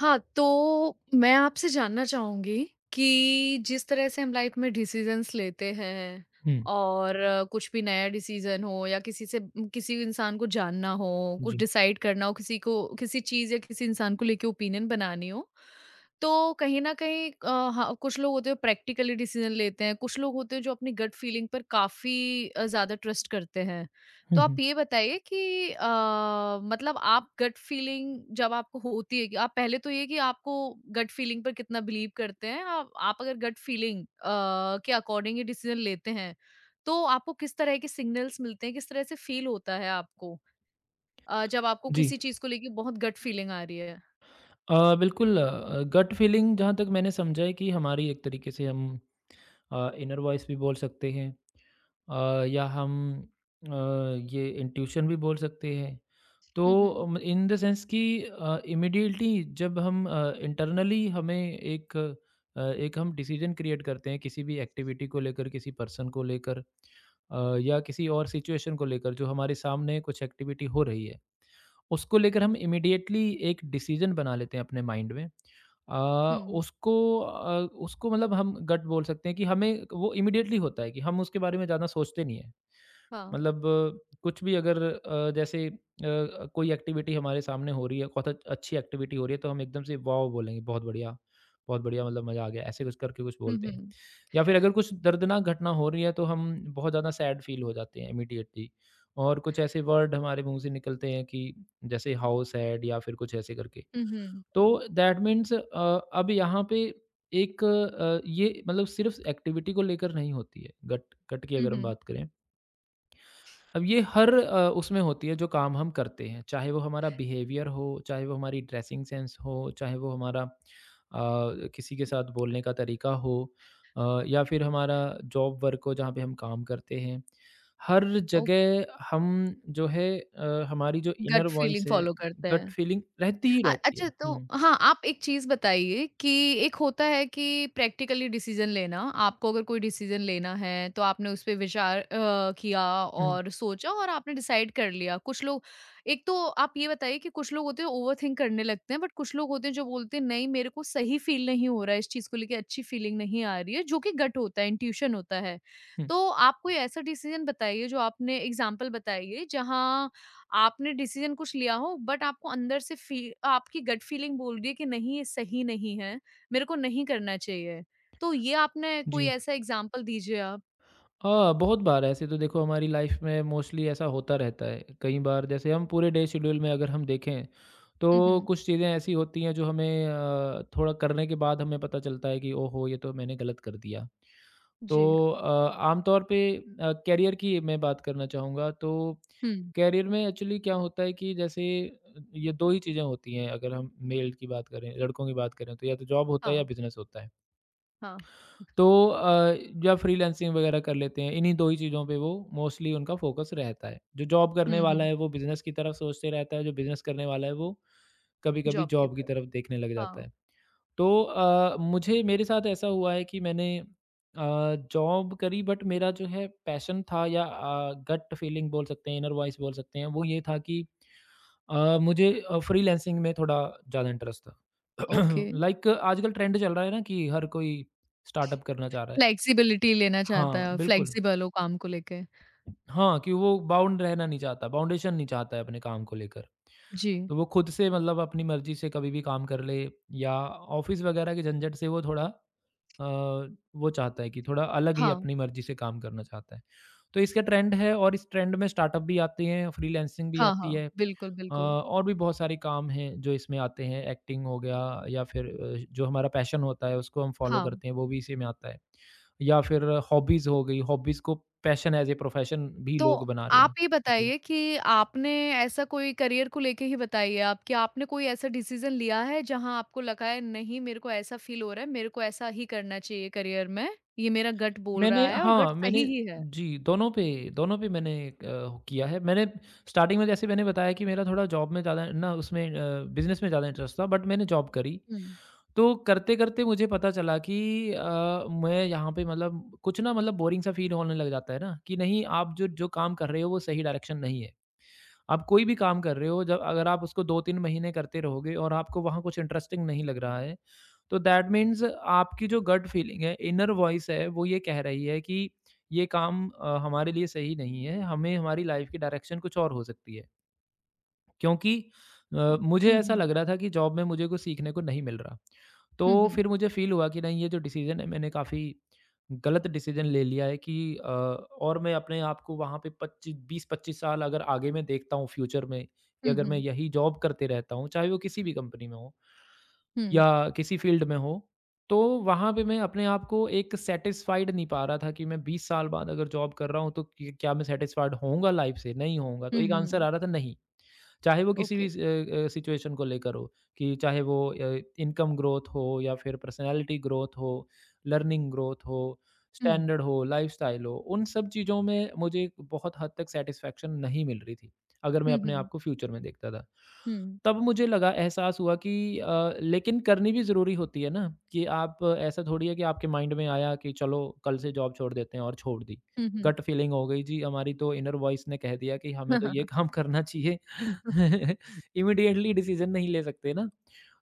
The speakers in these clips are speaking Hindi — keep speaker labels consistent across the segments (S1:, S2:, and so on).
S1: हाँ, तो मैं आपसे जानना चाहूँगी कि जिस तरह से हम लाइफ में डिसीज़न्स लेते हैं
S2: हुँ,
S1: और कुछ भी नया डिसीज़न हो या किसी से किसी इंसान को जानना हो, कुछ
S2: जी।
S1: डिसाइड करना हो, किसी को किसी चीज़ या किसी इंसान को लेके ओपिनियन बनानी हो, तो कहीं न कहीं हाँ, कुछ लोग होते हैं प्रैक्टिकली डिसीज़न लेते हैं, कुछ लोग होते हैं जो अपनी गट फीलिंग पर काफ़ी ज़्यादा ट्रस्ट करते हैं। तो
S2: हुँ,
S1: आप
S2: हुँ।
S1: ये बताइए कि मतलब आप गट फीलिंग जब आपको होती है कि आप पहले तो ये कि आपको गट फीलिंग पर कितना बिलीव करते हैं आप अगर गट फीलिंग के अकॉर्डिंग ये डिसीजन लेते हैं तो आपको किस तरह के सिग्नल्स मिलते हैं किस तरह से फील होता है आपको जब आपको
S2: जी।
S1: किसी चीज को लेके बहुत गट फीलिंग आ रही है।
S2: बिल्कुल गट फीलिंग जहाँ तक मैंने समझा है कि हमारी एक तरीके से हम इनर वॉइस भी बोल सकते हैं या हम अ, ये इंट्यूशन भी बोल सकते हैं। तो
S1: हम्म,
S2: इन द सेंस कि इमीडिएटली जब हम इंटरनली हमें एक हम डिसीजन क्रिएट करते हैं किसी भी एक्टिविटी को लेकर, किसी पर्सन को लेकर या किसी और सिचुएशन को लेकर जो हमारे सामने कुछ एक्टिविटी हो रही है। उसको लेकर हम इमीडिएटली एक डिसीजन बना लेते हैं अपने माइंड में,
S1: हम्म,
S2: उसको अ, उसको मतलब हम गट बोल सकते हैं कि हमें वो इमीडिएटली होता है कि हम उसके बारे में ज़्यादा सोचते नहीं है।
S1: हाँ,
S2: मतलब कुछ भी अगर जैसे कोई एक्टिविटी हमारे सामने हो रही है, बहुत अच अच्छी एक्टिविटी हो रही है, तो हम एकदम से वाओ बोलेंगे, बहुत बढ़िया मतलब मज़ा आ गया, ऐसे कुछ करके कुछ
S1: हम्म,
S2: बोलते हैं।
S1: हम्म,
S2: या फिर अगर कुछ दर्दनाक घटना हो रही है, तो हम बहुत ज़्यादा सैड फ़ील हो जाते हैं इमीडिएटली और कुछ ऐसे वर्ड हमारे मुँह से निकलते हैं कि जैसे हाउ सैड या फिर कुछ ऐसे करके।
S1: हम्म,
S2: तो दैट मीन्स, अब यहाँ पे एक, ये मतलब सिर्फ़ एक्टिविटी को लेकर नहीं होती है, गट गट की अगर हम
S1: हम्म,
S2: बात करें। अब ये हर उसमें होती है जो काम हम करते हैं, चाहे वो हमारा बिहेवियर हो, चाहे वो हमारी ड्रेसिंग सेंस हो, चाहे वो हमारा किसी के साथ बोलने का तरीका हो, या फिर हमारा जॉब वर्क हो जहाँ पे हम काम करते हैं। हर
S1: ओके,
S2: जगह हम जो है, हमारी जो इनर
S1: गट
S2: वॉइस
S1: फीलिंग
S2: है,
S1: फॉलो करते
S2: गट
S1: हैं।
S2: फीलिंग रहती ही रहती
S1: अच्छा
S2: है।
S1: तो
S2: हुँ,
S1: हाँ, आप एक चीज़ बताइए कि एक होता है कि प्रैक्टिकली डिसीज़न लेना, आपको अगर कोई डिसीज़न लेना है तो आपने उस पे विचार किया
S2: हुँ,
S1: और सोचा और आपने डिसाइड कर लिया। कुछ लोग एक तो आप ये बताइए कि कुछ लोग होते हैं ओवरथिंक करने लगते हैं बट कुछ लोग होते हैं जो बोलते हैं नहीं मेरे को सही फ़ील नहीं हो रहा है, इस चीज़ को लेके अच्छी फ़ीलिंग नहीं आ रही है, जो कि गट होता है, इंट्यूशन होता है।
S2: हुँ,
S1: तो आप कोई ऐसा डिसीज़न बताइए जो आपने एग्ज़ाम्पल बताइए जहाँ आपने डिसीजन कुछ लिया हो बट आपको अंदर से फी आपकी गट फीलिंग बोल रही है कि नहीं ये सही नहीं है, मेरे को नहीं करना चाहिए। तो ये आपने कोई
S2: जी।
S1: ऐसा एग्ज़ाम्पल दीजिए आप?
S2: हाँ, बहुत बार ऐसे तो देखो हमारी लाइफ में मोस्टली ऐसा होता रहता है। कई बार जैसे हम पूरे डे शेड्यूल में अगर हम देखें,
S1: हुँ,
S2: तो
S1: हुँ।
S2: कुछ चीज़ें ऐसी होती हैं जो हमें थोड़ा करने के बाद हमें पता चलता है कि ओहो! ये तो मैंने गलत कर दिया।
S1: जी।
S2: तो अ, आमतौर पे करियर की मैं बात करना चाहूँगा। तो
S1: हुँ।
S2: करियर में एक्चुअली क्या होता है कि जैसे ये 2 ही चीज़ें होती हैं। अगर हम मेल की बात करें, लड़कों की बात करें तो या तो जॉब होता है या
S1: हाँ,
S2: बिज़नेस होता है।
S1: हाँ।
S2: तो या फ्रीलांसिंग वगैरह कर लेते हैं। इन्हीं 2 ही चीज़ों पे वो मोस्टली उनका फ़ोकस रहता है। जो जॉब करने
S1: हुँ,
S2: वाला
S1: हुँ।
S2: है वो बिज़नेस की तरफ सोचते रहता है, जो बिज़नेस करने वाला है वो कभी-कभी
S1: जॉब की
S2: जॉब की
S1: तरफ।
S2: तरफ देखने लग जाता
S1: हाँ,
S2: है। तो मुझे मेरे साथ ऐसा हुआ है कि मैंने अ, जॉब करी, बट मेरा जो है पैशन था या गट फीलिंग बोल सकते हैं, इनर वॉइस बोल सकते हैं, वो ये था कि मुझे फ्रीलांसिंग में थोड़ा ज़्यादा इंटरेस्ट था।
S1: ओके।
S2: लाइक आजकल ट्रेंड चल रहा है ना, कि हर कोई स्टार्टअप करना चाह रहा है।
S1: फ्लेक्सिबिलिटी लेना चाहता
S2: हाँ,
S1: है,
S2: बिल्कुल।
S1: फ्लेक्सिबल हो काम को लेके।
S2: हाँ, कि वो बाउंड रहना नहीं चाहता, बाउंडेशन नहीं चाहता है अपने काम को लेकर।
S1: जी।
S2: तो वो खुद से मतलब अपनी मर्ज़ी से कभी भी काम कर ले, या ऑफ़िस वग़ैरह के झंझट से वो थोड़ा, वो चाहता है कि थोड़ा अलग ही
S1: हाँ।
S2: अपनी मर्ज़ी से काम करना चाहता है। तो इसका ट्रेंड है और इस ट्रेंड में स्टार्टअप भी आते हैं, फ्रीलांसिंग भी
S1: हाँ,
S2: आती
S1: हाँ।
S2: है,
S1: बिल्कुल, बिल्कुल।
S2: और भी बहुत सारे काम हैं जो इसमें आते हैं। एक्टिंग हो गया या फिर जो हमारा पैशन होता है उसको हम फ़ॉलो
S1: हाँ।
S2: करते हैं, वो भी इसी में आता है। या फिर हॉबीज़ हो गई, हॉबीज़ को पैशन एज़ ए प्रोफ़ेशन भी
S1: तो
S2: लोग बना रहे
S1: आप
S2: हैं।
S1: ये
S2: जी।
S1: बताइए कि आपने ऐसा कोई करियर को लेके ही बताइए आप कि आपने कोई ऐसा डिसीजन लिया है जहां आपको लगा है नहीं मेरे को ऐसा फील हो रहा है मेरे को ऐसा ही करना चाहिए करियर में ये मेरा गट बोल रहा
S2: मैंने,
S1: है और गट
S2: हाँ,
S1: सही
S2: मैंने,
S1: ही है।
S2: जी, दोनों पे मैंने किया है। मैंने स्टार्टिंग में जैसे मैंने बताया कि मेरा थोड़ा जॉब में ज़्यादा ना उसमें, बिज़नेस में ज़्यादा इंटरेस्ट था, बट मैंने जॉब करी।
S1: हम्म,
S2: तो करते-करते मुझे पता चला कि अ, मैं यहाँ पे मतलब कुछ ना मतलब बोरिंग सा फ़ील होने लग जाता है ना, कि नहीं आप जो जो काम कर रहे हो वो सही डायरेक्शन नहीं है। आप कोई भी काम कर रहे हो जब अगर आप उसको 2-3 महीने करते रहोगे और आपको वहाँ कुछ इंटरेस्टिंग नहीं लग रहा है, तो दैट मीन्स आपकी जो गट फीलिंग है, इनर वॉइस है, वो ये कह रही है कि ये काम हमारे लिए सही नहीं है, हमें हमारी लाइफ़ की डायरेक्शन कुछ और हो सकती है। क्योंकि
S1: अ,
S2: मुझे
S1: हम्म,
S2: ऐसा
S1: हम्म,
S2: लग रहा था कि जॉब में मुझे कुछ सीखने को नहीं मिल रहा।
S1: हम्म,
S2: तो
S1: हम्म,
S2: फिर मुझे फ़ील हुआ कि नहीं ये जो डिसीज़न है मैंने काफ़ी गलत डिसीज़न ले लिया है कि, और मैं अपने आप को वहाँ पे 25 20-25 साल अगर आगे मैं देखता हूँ फ्यूचर में कि अगर मैं
S1: हम्म,
S2: यही जॉब करते रहता हूँ, चाहे वो किसी भी कंपनी में हो
S1: हम्म,
S2: या किसी फ़ील्ड में हो, तो वहाँ पे मैं अपने आप को एक सैटिस्फाइड नहीं पा रहा था कि मैं 20 साल बाद अगर जॉब कर रहा हूँ तो कि क्या मैं सैटिस्फाइड होऊँगा लाइफ़ से? नहीं होऊँगा। तो
S1: हम्म,
S2: एक आंसर आ रहा था, नहीं। चाहे वो किसी
S1: ओके,
S2: भी सिचुएशन को लेकर हो, कि चाहे वो इनकम ग्रोथ हो या फिर पर्सनालिटी ग्रोथ हो, लर्निंग ग्रोथ हो,
S1: हम्म,
S2: स्टैंडर्ड हो, लाइफस्टाइल हो, उन सब चीज़ों में मुझे बहुत हद तक सेटिस्फेक्शन नहीं मिल रही थी अगर मैं
S1: हम्म,
S2: अपने
S1: हम्म,
S2: आप को फ्यूचर में देखता था। तब मुझे लगा, एहसास हुआ कि लेकिन करनी भी ज़रूरी होती है ना, कि आप ऐसा थोड़ी है कि आपके माइंड में आया कि चलो कल से जॉब छोड़ देते हैं और छोड़ दी।
S1: हम्म,
S2: गट फीलिंग हो गई जी हमारी, तो इनर वॉइस ने कह दिया कि हमें तो ये
S1: हम्म,
S2: काम करना चाहिए।
S1: हम्म,
S2: इमीडिएटली डिसीजन नहीं ले सकते ना।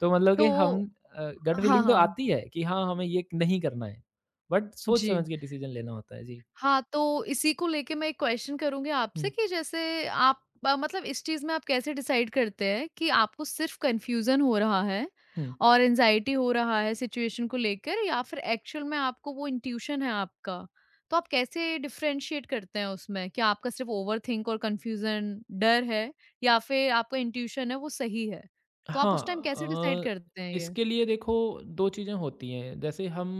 S2: तो मतलब कि
S1: तो
S2: हम, गट
S1: हाँ,
S2: फीलिंग तो
S1: हाँ,
S2: आती है कि हाँ, हमें ये नहीं करना है। बट सोच
S1: जी,
S2: समझ के डिसीजन लेना होता है। जी।
S1: हाँ, तो इसी को लेके मैं एक क्वेश्चन करूँगी आपसे
S2: हुँ,
S1: कि जैसे आप मतलब इस चीज़ में आप कैसे डिसाइड करते हैं कि आपको सिर्फ़ कन्फ्यूज़न हो रहा है
S2: हुँ।
S1: और एंग्ज़ायटी हो रहा है सिचुएशन को लेकर या फिर एक्चुअल में आपको वो इंट्यूशन है आपका? तो आप कैसे डिफ़रेंशिएट करते हैं उसमें कि आपका सिर्फ़ ओवरथिंक और कन्फ्यूज़न डर है या फिर आपका इंट्यूशन है वो सही है? तो आप
S2: हाँ,
S1: उस टाइम कैसे डिसाइड
S2: अ,
S1: करते हैं ये?
S2: इसके लिए देखो 2 चीज़ें होती हैं। जैसे हम,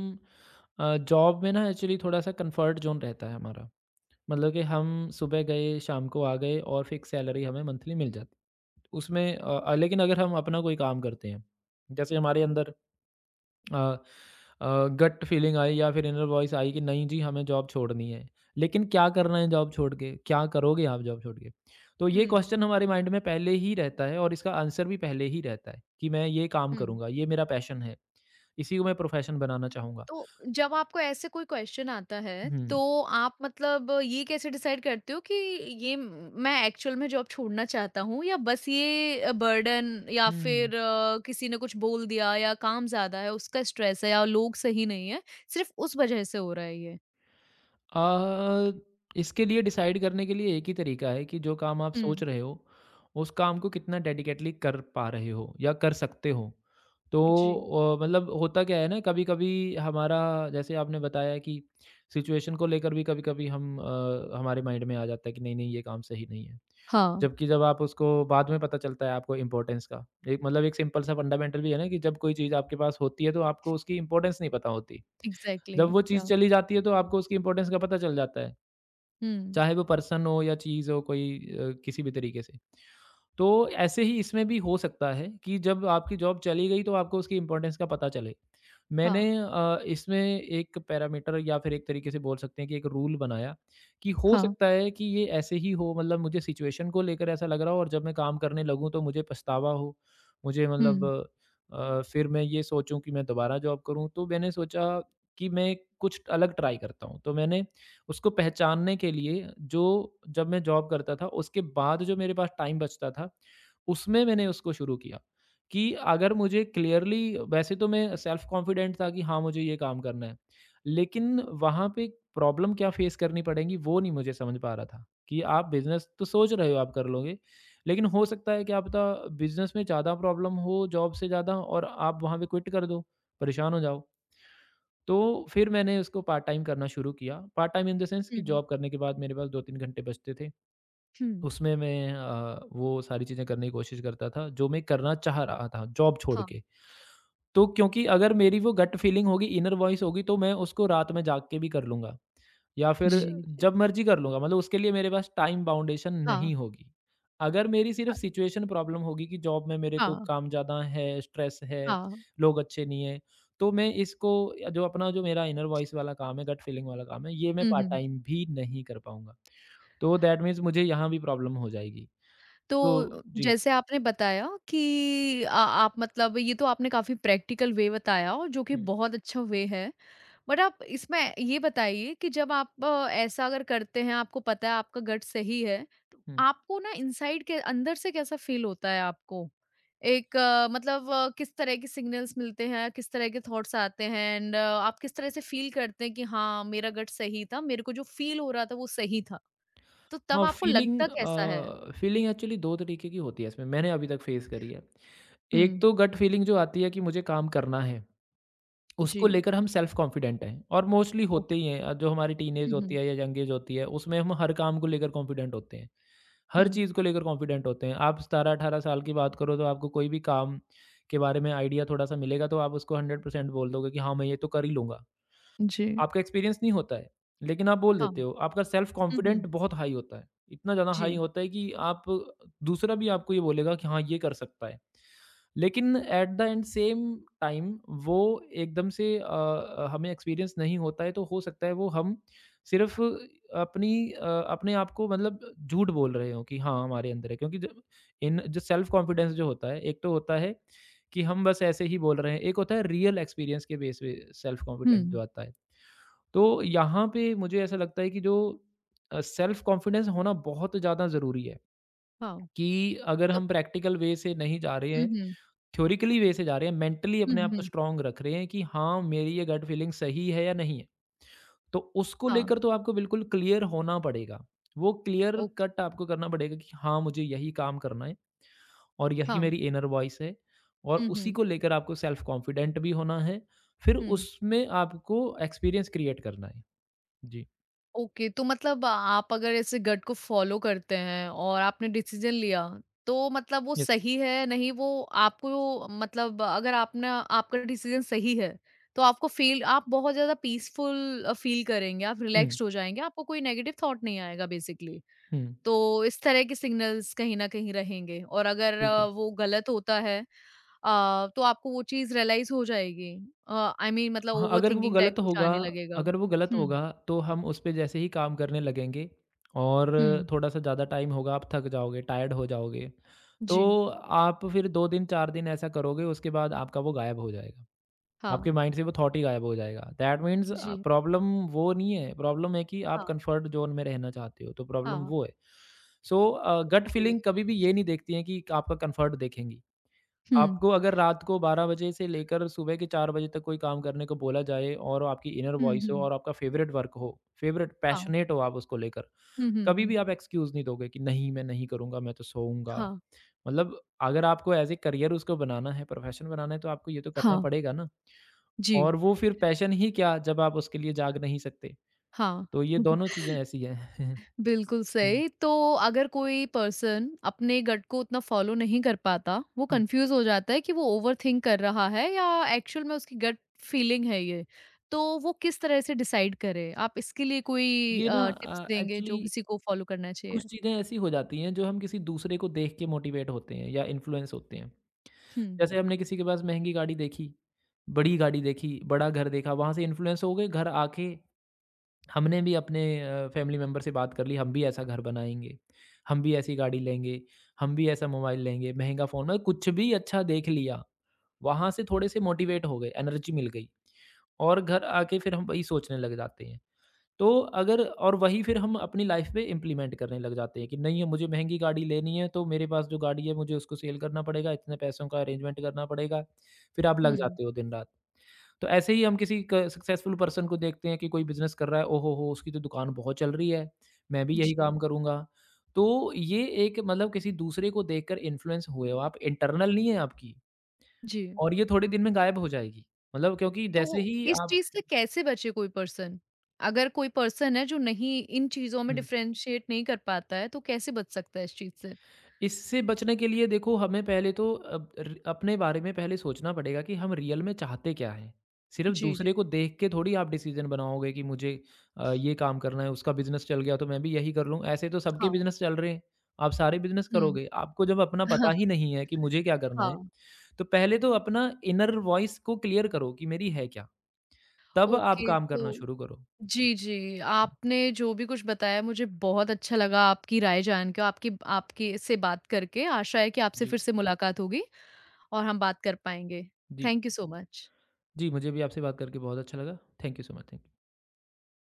S2: जॉब में ना एक्चुअली थोड़ा-सा कम्फर्ट ज़ोन रहता है हमारा। मतलब कि हम सुबह गए, शाम को आ गए और फिक्स सैलरी हमें मंथली मिल जाती। उसमें, लेकिन अगर हम अपना कोई काम करते हैं, जैसे हमारे अंदर गट फीलिंग आई या फिर इनर वॉइस आई कि नहीं जी हमें जॉब छोड़नी है, लेकिन क्या करना है जॉब छोड़ के, क्या करोगे आप जॉब छोड़ के? तो ये
S1: हुँ,
S2: क्वेश्चन हमारे माइंड में पहले ही रहता है और इसका आंसर भी पहले ही रहता है कि मैं ये काम
S1: हुँ।
S2: करूंगा, ये मेरा पैशन है, इसी को मैं प्रोफेशन बनाना चाहूंगा।
S1: तो जब आपको ऐसे कोई क्वेश्चन आता है तो
S2: हम्म,
S1: आप मतलब ये कैसे डिसाइड करते हो कि ये मैं एक्चुअल में जॉब छोड़ना चाहता हूँ या बस ये बर्डन या
S2: हम्म।
S1: फिर किसी ने कुछ बोल दिया या काम ज्यादा है उसका स्ट्रेस है या लोग सही नहीं है सिर्फ उस वजह से हो रहा है ये।
S2: अ, इसके लिए डिसाइड करने के लिए एक ही तरीका है कि जो काम आप सोच
S1: हम्म,
S2: रहे हो, उस काम को कितना डेडिकेटली कर पा रहे हो या कर सकते हो। तो
S1: जी,
S2: मतलब होता क्या है ना, कभी-कभी हमारा, जैसे आपने बताया कि सिचुएशन को लेकर भी कभी-कभी हम, हमारे माइंड में आ जाता है कि नहीं, नहीं ये काम सही नहीं है।
S1: हाँ,
S2: जबकि जब आप उसको बाद में पता चलता है आपको इम्पोर्टेंस का। एक मतलब एक सिंपल सा फंडामेंटल भी है ना कि जब कोई चीज़ आपके पास होती है तो आपको उसकी इम्पोर्टेंस नहीं पता होती।
S1: एग्जैक्टली,
S2: जब वो चीज़
S1: या,
S2: चली जाती है तो आपको उसकी इम्पोर्टेंस का पता चल जाता है,
S1: हम्म,
S2: चाहे वो पर्सन हो या चीज़ हो कोई किसी भी तरीके से। तो ऐसे ही इसमें भी हो सकता है कि जब आपकी जॉब चली गई तो आपको उसकी इम्पोर्टेंस का पता चले। मैंने
S1: हाँ,
S2: इसमें एक पैरामीटर या फिर एक तरीके से बोल सकते हैं कि एक रूल बनाया कि हो
S1: हाँ,
S2: सकता है कि ये ऐसे ही हो, मतलब मुझे सिचुएशन को लेकर ऐसा लग रहा हो और जब मैं काम करने लगूँ तो मुझे पछतावा हो। मुझे मतलब
S1: हम्म,
S2: फिर मैं ये सोचूँ कि मैं दोबारा जॉब करूँ। तो मैंने सोचा कि मैं कुछ अलग ट्राई करता हूँ। तो मैंने उसको पहचानने के लिए जो, जब मैं जॉब करता था, उसके बाद जो मेरे पास टाइम बचता था, उसमें मैंने उसको शुरू किया कि अगर मुझे क्लियरली, वैसे तो मैं सेल्फ कॉन्फिडेंट था कि हाँ, मुझे ये काम करना है। लेकिन वहाँ पे प्रॉब्लम क्या फेस करनी पड़ेगी, वो नहीं मुझे समझ पा रहा था कि आप बिज़नेस तो सोच रहे हो आप कर लोगे, लेकिन हो सकता है, क्या पता बिज़नेस में ज़्यादा प्रॉब्लम हो जॉब से ज़्यादा और आप वहाँ पे क्विट कर दो, परेशान हो जाओ। तो फिर मैंने उसको पार्ट टाइम करना शुरू किया। Part time in the sense कि
S1: हम्म,
S2: जॉब करने के बाद मेरे पास 2-3 घंटे बचते थे।
S1: हम्म,
S2: उसमें मैं, वो सारी चीज़ें करने की कोशिश करता था, जो मैं करना चाह रहा था जॉब छोड़
S1: हाँ,
S2: के। तो क्योंकि अगर मेरी वो गट फीलिंग होगी, इनर वॉइस होगी तो मैं उसको रात में जाग के भी कर लूँगा या फिर
S1: जी, जी,
S2: जब मर्ज़ी कर लूँगा, मतलब उसके लिए मेरे पास टाइम बाउंडेशन
S1: हाँ,
S2: नहीं होगी। अगर मेरी सिर्फ़ सिचुएशन प्रॉब्लम होगी कि जॉब में मेरे को
S1: हाँ,
S2: काम ज़्यादा है, स्ट्रेस है,
S1: हाँ,
S2: लोग अच्छे नहीं हैं, तो मैं इसको जो अपना जो मेरा इनर वॉइस वाला काम है, गट फीलिंग वाला काम है, ये मैं
S1: हम्म,
S2: पार्ट
S1: हम्म।
S2: टाइम भी नहीं कर पाऊँगा। तो दैट मीन्स मुझे यहाँ भी प्रॉब्लम हो जाएगी।
S1: तो
S2: तो जी।
S1: जैसे आपने बताया कि आप मतलब ये तो आपने काफी प्रैक्टिकल वे बताया और जो कि
S2: हुँ,
S1: बहुत अच्छा वे है बट आप इसमें ये बताइए कि जब आप ऐसा अगर करते हैं आपको पता है आपका गट सही है तो
S2: हुँ।
S1: आपको ना इनसाइड के अंदर से कैसा फील होता है आपको एक मतलब किस तरह के सिग्नल्स मिलते हैं किस तरह के थॉट्स आते हैं एंड आप किस तरह से फील करते हैं कि हाँ मेरा गट सही था मेरे को जो फील हो रहा था वो सही था तो तब
S2: हाँ,
S1: आपको
S2: फीलिंग
S1: लगता कैसा है।
S2: फीलिंग एक्चुअली 2 तरीके की होती है इसमें, मैंने अभी तक फेस करी है। एक
S1: हम्म,
S2: तो गट फीलिंग जो आती है कि मुझे काम करना है, उसको
S1: जी,
S2: लेकर हम सेल्फ कॉन्फिडेंट हैं और मोस्टली होते
S1: ओके।
S2: ही हैं। जो हमारी टीनेज
S1: हुँ,
S2: होती
S1: हुँ,
S2: है या यंग एज होती है, उसमें हम हर काम को लेकर कॉन्फिडेंट होते हैं, हर
S1: हुँ।
S2: चीज़ को लेकर कॉन्फिडेंट होते हैं। आप 17-18 साल की बात करो तो आपको कोई भी काम के बारे में आइडिया थोड़ा-सा मिलेगा, तो आप उसको 100% बोल दोगे कि हाँ, मैं ये तो कर ही लूँगा।
S1: जी।
S2: आपका एक्सपीरियंस नहीं होता है, लेकिन आप बोल
S1: हाँ।
S2: देते हो। आपका सेल्फ
S1: हुँ, हुँ।
S2: कॉन्फिडेंट बहुत हाई होता है। इतना ज़्यादा हाई
S1: जी।
S2: होता है कि आप दूसरा भी आपको ये बोलेगा कि हाँ, ये कर सकता है। लेकिन at the end same time वो एकदम से हमें एक्सपीरियंस नहीं होता है, तो हो सकता है वो हम सिर्फ़ अपनी अपने आप को मतलब झूठ बोल रहे हों कि हाँ, हमारे अंदर है। क्योंकि जब इन जो सेल्फ कॉन्फिडेंस जो होता है, एक तो होता है कि हम बस ऐसे ही बोल रहे हैं, एक होता है रियल एक्सपीरियंस के बेस पे सेल्फ कॉन्फिडेंट जो
S1: हुँ।
S2: आता है। तो यहाँ पे मुझे ऐसा लगता है कि जो सेल्फ कॉन्फिडेंस होना बहुत ज़्यादा ज़रूरी है
S1: हाँ।
S2: कि अगर
S1: तो
S2: हम प्रैक्टिकल वे से नहीं जा रहे
S1: हुँ,
S2: हैं,
S1: हुँ।
S2: थ्योरिकली वे से जा रहे हैं, मेंटली
S1: हुँ,
S2: अपने आप को
S1: हुँ।
S2: स्ट्रॉन्ग रख रहे हैं कि हाँ, मेरी ये गट फीलिंग सही है या नहीं है। तो उसको
S1: हाँ,
S2: लेकर तो आपको बिल्कुल क्लियर होना पड़ेगा। वो क्लियर
S1: ओके।
S2: कट आपको करना पड़ेगा कि हाँ, मुझे यही काम करना है और यही
S1: हाँ।
S2: मेरी इनर वॉइस है और
S1: हुँ,
S2: उसी
S1: हुँ।
S2: को लेकर आपको सेल्फ कॉन्फिडेंट भी होना है। फिर
S1: हुँ।
S2: उसमें आपको एक्सपीरियंस क्रिएट करना है। जी।
S1: ओके, तो मतलब आप अगर ऐसे गट को फ़ॉलो करते हैं और आपने डिसीज़न लिया, तो मतलब वो सही है, नहीं वो आपको मतलब अगर आपने आपका डिसीज़न सही है, तो आपको फ़ील आप बहुत ज़्यादा पीसफुल फ़ील करेंगे, आप
S2: यस।
S1: रिलैक्स्ड हो जाएँगे, आपको कोई नेगेटिव थॉट नहीं आएगा बेसिकली।
S2: हुँ,
S1: तो इस तरह के सिग्नल्स कहीं न कहीं रहेंगे और अगर
S2: बिल्कुल।
S1: वो गलत होता है तो आपको वो चीज़ रियलाइज़ हो जाएगी। अ, आई मीन मतलब
S2: हाँ,
S1: ओवरथिंकिंग टाइप कुछ आने लगेगा।
S2: अगर वो गलत
S1: हुँ,
S2: होगा, तो हम उस पे जैसे ही काम करने लगेंगे और
S1: हुँ,
S2: थोड़ा-सा ज़्यादा टाइम होगा, आप थक जाओगे, टायर्ड हो जाओगे। तो
S1: जी,
S2: आप फिर 2 दिन, 4 दिन ऐसा करोगे, उसके बाद आपका वो गायब हो जाएगा।
S1: हाँ,
S2: आपके माइंड से वो थॉट ही गायब हो जाएगा। दैट मीन्स
S1: जी,
S2: प्रॉब्लम वो नहीं है, प्रॉब्लम है कि आप
S1: हाँ,
S2: कम्फर्ट ज़ोन में रहना चाहते हो, तो प्रॉब्लम
S1: हाँ,
S2: वो है। सो गट
S1: ओके।
S2: फीलिंग कभी भी ये नहीं देखती है कि आपका कम्फर्ट देखेंगी।
S1: हुँ,
S2: आपको अगर रात को 12 बजे से लेकर सुबह के 4 बजे तक कोई काम करने को बोला जाए और वो आपकी इनर
S1: हुँ,
S2: वॉइस हो
S1: हुँ,
S2: और आपका फेवरेट वर्क हो, फेवरेट
S1: हाँ,
S2: पैशनेट हो आप उसको लेकर,
S1: हुँ, हुँ,
S2: कभी भी
S1: हुँ,
S2: आप एक्सक्यूज़ नहीं दोगे कि नहीं मैं नहीं करूँगा, मैं तो सोऊँगा।
S1: हाँ,
S2: मतलब अगर आपको एज़ ए करियर उसको बनाना है, प्रोफेशन बनाना है तो आपको ये तो करना
S1: हाँ,
S2: पड़ेगा ना।
S1: जी,
S2: और वो फिर पैशन ही क्या जब आप उसके लिए जाग नहीं सकते।
S1: हाँ।
S2: तो ये दोनों चीज़ें ऐसी हैं।
S1: बिल्कुल
S2: हुँ,
S1: सही। तो अगर कोई पर्सन अपने गट को उतना फॉलो नहीं कर पाता, वो
S2: हुँ।
S1: कंफ्यूज़ हो जाता है कि वो ओवरथिंक कर रहा है या एक्चुअल में उसकी गट फीलिंग है ये। तो वो किस तरह से डिसाइड करे? आप इसके लिए कोई टिप्स देंगे
S2: एक्चुअली
S1: जो किसी को फॉलो करना चाहिए?
S2: कुछ चीज़ें ऐसी हो जाती हैं जो हम किसी दूसरे को देख के मोटिवेट होते हैं या इन्फ्लुएंस होते हैं।
S1: हुँ,
S2: जैसे हमने किसी के पास महँगी गाड़ी देखी, बड़ी गाड़ी देखी, बड़ा घर देखा, वहाँ से इन्फ्लुएंस हो गए, घर आके हमने भी अपने फैमिली मेंबर से बात कर ली, हम भी ऐसा घर बनाएँगे, हम भी ऐसी गाड़ी लेंगे, हम भी ऐसा मोबाइल लेंगे, महँगा फ़ोन मतलब कुछ भी अच्छा देख लिया, वहाँ से थोड़े से मोटिवेट हो गए, एनर्जी मिल गई और घर आके फिर हम वही सोचने लग जाते हैं। तो अगर और वही फिर हम अपनी लाइफ में इम्प्लीमेंट करने लग जाते हैं कि नहीं है मुझे महंगी गाड़ी लेनी है तो मेरे पास जो गाड़ी है मुझे उसको सेल करना पड़ेगा इतने पैसों का अरेंजमेंट करना पड़ेगा फिर आप लग
S1: हुँ।
S2: जाते हो दिन रात। तो ऐसे ही हम किसी सक्सेसफुल पर्सन को देखते हैं कि कोई बिजनेस कर रहा है, ओहो हो उसकी तो दुकान बहुत चल रही है, मैं भी यही
S1: जी,
S2: काम करूंगा। तो ये एक मतलब किसी दूसरे को देखकर इन्फ्लुएंस हुए हो आप, इंटरनल नहीं है आपकी।
S1: जी।
S2: और ये थोड़े दिन में गायब हो जाएगी, मतलब क्योंकि जैसे
S1: तो
S2: ही
S1: इस
S2: आप
S1: चीज़ से कैसे बचे कोई पर्सन? अगर कोई पर्सन है जो नहीं इन चीज़ों में डिफरेंशिएट नहीं कर पाता है, तो कैसे बच सकता है इस चीज़ से?
S2: इससे बचने के लिए देखो हमें पहले तो अब अपने बारे में पहले सोचना पड़ेगा कि हम रियल में चाहते क्या हैं। सिर्फ
S1: जी, जी।
S2: दूसरे को देख के थोड़ी आप डिसीजन बनाओगे कि मुझे ये काम करना है उसका बिजनेस चल गया तो मैं भी यही कर लूँ। ऐसे तो सबके
S1: हाँ।
S2: बिजनेस चल रहे हैं। आप सारे बिजनेस
S1: हुँ।
S2: करोगे, आपको जब अपना पता
S1: हाँ,
S2: ही नहीं है कि मुझे क्या करना है।
S1: हाँ।
S2: तो पहले तो अपना इनर वॉइस को क्लियर करो कि मेरी है क्या, तब आप
S1: ओके
S2: काम करना
S1: तो
S2: शुरू करो।
S1: जी, जी। आपने जो भी कुछ बताया मुझे बहुत अच्छा लगा आपकी राय जान के और आपकी आपकी से बात करके। आशा है कि आपसे
S2: जी।
S1: फिर से मुलाकात होगी और हम बात कर पाएँगे।
S2: जी।
S1: Thank you so much.
S2: जी, मुझे भी आपसे बात करके बहुत अच्छा लगा। Thank you so much.